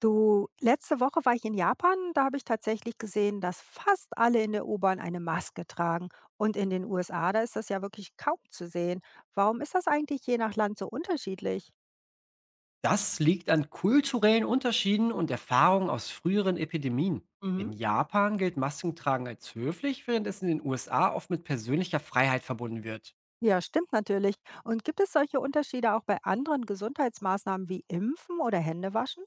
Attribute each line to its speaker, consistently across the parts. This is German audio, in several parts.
Speaker 1: Du, letzte Woche war ich in Japan, da habe ich tatsächlich gesehen, dass fast alle in der U-Bahn eine Maske tragen. Und in den USA, da ist das ja wirklich kaum zu sehen. Warum ist das eigentlich je nach Land so unterschiedlich?
Speaker 2: Das liegt an kulturellen Unterschieden und Erfahrungen aus früheren Epidemien.
Speaker 1: Mhm.
Speaker 2: In Japan gilt Maskentragen als höflich, während es in den USA oft mit persönlicher Freiheit verbunden wird.
Speaker 1: Ja, stimmt natürlich. Und gibt es solche Unterschiede auch bei anderen Gesundheitsmaßnahmen wie Impfen oder Händewaschen?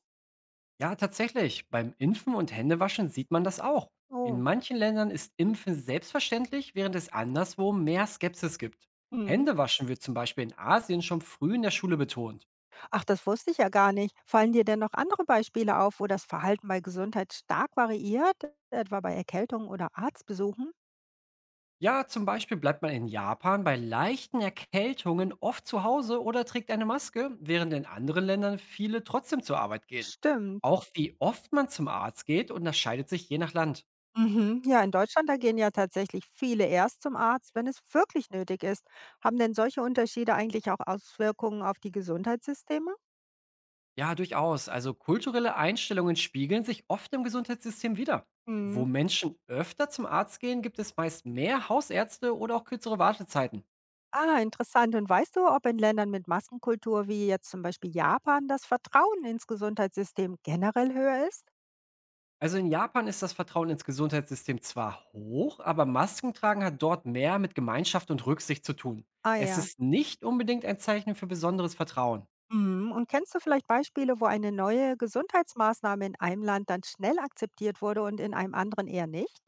Speaker 2: Ja, tatsächlich, beim Impfen und Händewaschen sieht man das auch. In
Speaker 1: Oh.
Speaker 2: manchen Ländern ist Impfen selbstverständlich, während es anderswo mehr Skepsis gibt.
Speaker 1: Mhm.
Speaker 2: Händewaschen wird zum Beispiel in Asien schon früh in der Schule betont.
Speaker 1: Ach, das wusste ich ja gar nicht. Fallen dir denn noch andere Beispiele auf, wo das Verhalten bei Gesundheit stark variiert, etwa bei Erkältungen oder Arztbesuchen?
Speaker 2: Ja, zum Beispiel bleibt man in Japan bei leichten Erkältungen oft zu Hause oder trägt eine Maske, während in anderen Ländern viele trotzdem zur Arbeit gehen.
Speaker 1: Stimmt.
Speaker 2: Auch wie oft man zum Arzt geht unterscheidet sich je nach Land.
Speaker 1: Mhm. Ja, in Deutschland, da gehen ja tatsächlich viele erst zum Arzt, wenn es wirklich nötig ist. Haben denn solche Unterschiede eigentlich auch Auswirkungen auf die Gesundheitssysteme?
Speaker 2: Ja, durchaus. Also kulturelle Einstellungen spiegeln sich oft im Gesundheitssystem wider. Wo
Speaker 1: Mhm.
Speaker 2: Menschen öfter zum Arzt gehen, gibt es meist mehr Hausärzte oder auch kürzere Wartezeiten.
Speaker 1: Ah, interessant. Und weißt du, ob in Ländern mit Maskenkultur wie jetzt zum Beispiel Japan das Vertrauen ins Gesundheitssystem generell höher ist?
Speaker 2: Also in Japan ist das Vertrauen ins Gesundheitssystem zwar hoch, aber Maskentragen hat dort mehr mit Gemeinschaft und Rücksicht zu tun.
Speaker 1: Ah
Speaker 2: Es
Speaker 1: ja.
Speaker 2: ist nicht unbedingt ein Zeichen für besonderes Vertrauen.
Speaker 1: Mhm. Und kennst du vielleicht Beispiele, wo eine neue Gesundheitsmaßnahme in einem Land dann schnell akzeptiert wurde und in einem anderen eher nicht?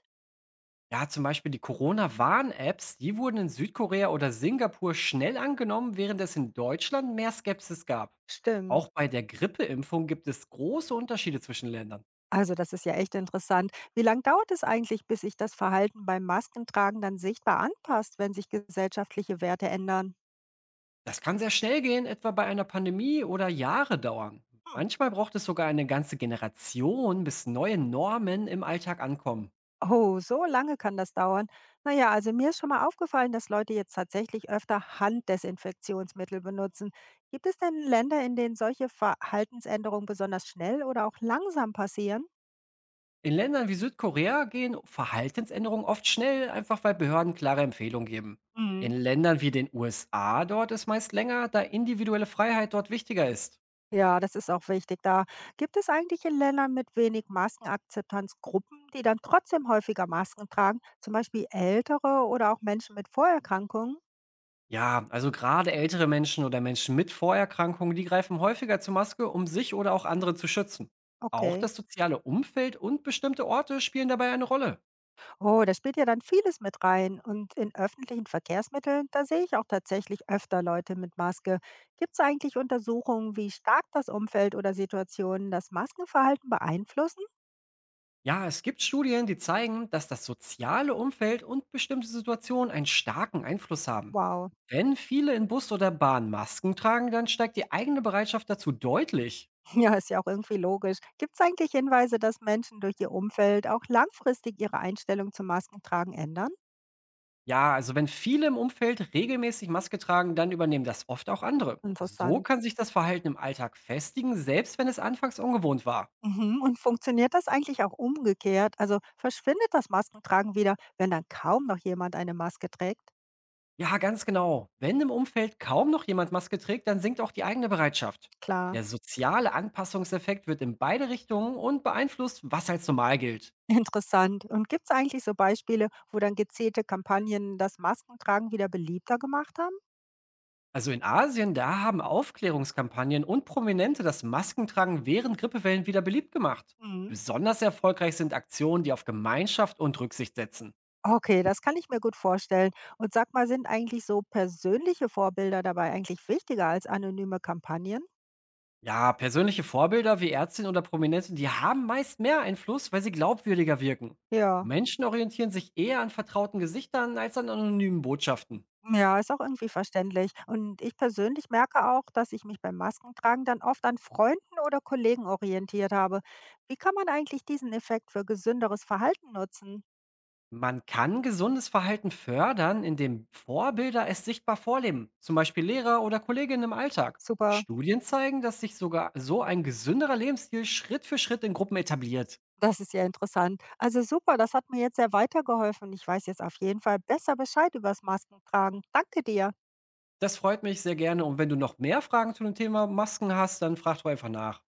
Speaker 2: Ja, zum Beispiel die Corona-Warn-Apps, die wurden in Südkorea oder Singapur schnell angenommen, während es in Deutschland mehr Skepsis gab.
Speaker 1: Stimmt.
Speaker 2: Auch bei der Grippeimpfung gibt es große Unterschiede zwischen Ländern.
Speaker 1: Also, das ist ja echt interessant. Wie lange dauert es eigentlich, bis sich das Verhalten beim Maskentragen dann sichtbar anpasst, wenn sich gesellschaftliche Werte ändern?
Speaker 2: Das kann sehr schnell gehen, etwa bei einer Pandemie oder Jahre dauern. Manchmal braucht es sogar eine ganze Generation, bis neue Normen im Alltag ankommen.
Speaker 1: Oh, so lange kann das dauern. Naja, also mir ist schon mal aufgefallen, dass Leute jetzt tatsächlich öfter Handdesinfektionsmittel benutzen. Gibt es denn Länder, in denen solche Verhaltensänderungen besonders schnell oder auch langsam passieren?
Speaker 2: In Ländern wie Südkorea gehen Verhaltensänderungen oft schnell, einfach weil Behörden klare Empfehlungen geben. In
Speaker 1: Mhm.
Speaker 2: Ländern wie den USA dort ist meist länger, da individuelle Freiheit dort wichtiger ist.
Speaker 1: Ja, das ist auch wichtig. Da gibt es eigentlich in Ländern mit wenig Maskenakzeptanz Gruppen, die dann trotzdem häufiger Masken tragen, zum Beispiel Ältere oder auch Menschen mit Vorerkrankungen.
Speaker 2: Ja, also gerade ältere Menschen oder Menschen mit Vorerkrankungen, die greifen häufiger zur Maske, um sich oder auch andere zu schützen. Auch
Speaker 1: Okay.
Speaker 2: das soziale Umfeld und bestimmte Orte spielen dabei eine Rolle.
Speaker 1: Oh, da spielt ja dann vieles mit rein. Und in öffentlichen Verkehrsmitteln, da sehe ich auch tatsächlich öfter Leute mit Maske. Gibt es eigentlich Untersuchungen, wie stark das Umfeld oder Situationen das Maskenverhalten beeinflussen?
Speaker 2: Ja, es gibt Studien, die zeigen, dass das soziale Umfeld und bestimmte Situationen einen starken Einfluss haben.
Speaker 1: Wow.
Speaker 2: Wenn viele in Bus oder Bahn Masken tragen, dann steigt die eigene Bereitschaft dazu deutlich.
Speaker 1: Ja, ist ja auch irgendwie logisch. Gibt es eigentlich Hinweise, dass Menschen durch ihr Umfeld auch langfristig ihre Einstellung zum Maskentragen ändern?
Speaker 2: Ja, also wenn viele im Umfeld regelmäßig Maske tragen, dann übernehmen das oft auch andere. So
Speaker 1: Interessant.
Speaker 2: kann sich das Verhalten im Alltag festigen, selbst wenn es anfangs ungewohnt war.
Speaker 1: Mhm. Und funktioniert das eigentlich auch umgekehrt? Also verschwindet das Maskentragen wieder, wenn dann kaum noch jemand eine Maske trägt?
Speaker 2: Ja, ganz genau. Wenn im Umfeld kaum noch jemand Maske trägt, dann sinkt auch die eigene Bereitschaft.
Speaker 1: Klar,
Speaker 2: Der soziale Anpassungseffekt wird in beide Richtungen und beeinflusst, was als normal gilt.
Speaker 1: interessant. Und gibt es eigentlich so Beispiele, wo dann gezielte Kampagnen das Maskentragen wieder beliebter gemacht haben?
Speaker 2: Also in Asien, da haben Aufklärungskampagnen und Prominente das Maskentragen während Grippewellen wieder beliebt gemacht.
Speaker 1: Mhm.
Speaker 2: Besonders erfolgreich sind Aktionen, die auf Gemeinschaft und Rücksicht setzen.
Speaker 1: Okay, das kann ich mir gut vorstellen. Und sag mal, sind eigentlich so persönliche Vorbilder dabei eigentlich wichtiger als anonyme Kampagnen?
Speaker 2: Ja, persönliche Vorbilder wie Ärztinnen oder Prominente, die haben meist mehr Einfluss, weil sie glaubwürdiger wirken.
Speaker 1: Ja,
Speaker 2: Menschen orientieren sich eher an vertrauten Gesichtern als an anonymen Botschaften.
Speaker 1: ja, ist auch irgendwie verständlich. Und ich persönlich merke auch, dass ich mich beim Maskentragen dann oft an Freunden oder Kollegen orientiert habe. Wie kann man eigentlich diesen Effekt für gesünderes Verhalten nutzen?
Speaker 2: Man kann gesundes Verhalten fördern, indem Vorbilder es sichtbar vorleben, zum Beispiel Lehrer oder Kolleginnen im Alltag.
Speaker 1: Super,
Speaker 2: Studien zeigen, dass sich sogar so ein gesünderer Lebensstil Schritt für Schritt in Gruppen etabliert.
Speaker 1: das ist ja interessant. Also super, das hat mir jetzt sehr weitergeholfen. Ich weiß jetzt auf jeden Fall besser Bescheid übers Maskentragen. Danke dir.
Speaker 2: Das freut mich sehr gerne und wenn du noch mehr Fragen zu dem Thema Masken hast, dann frag doch einfach nach.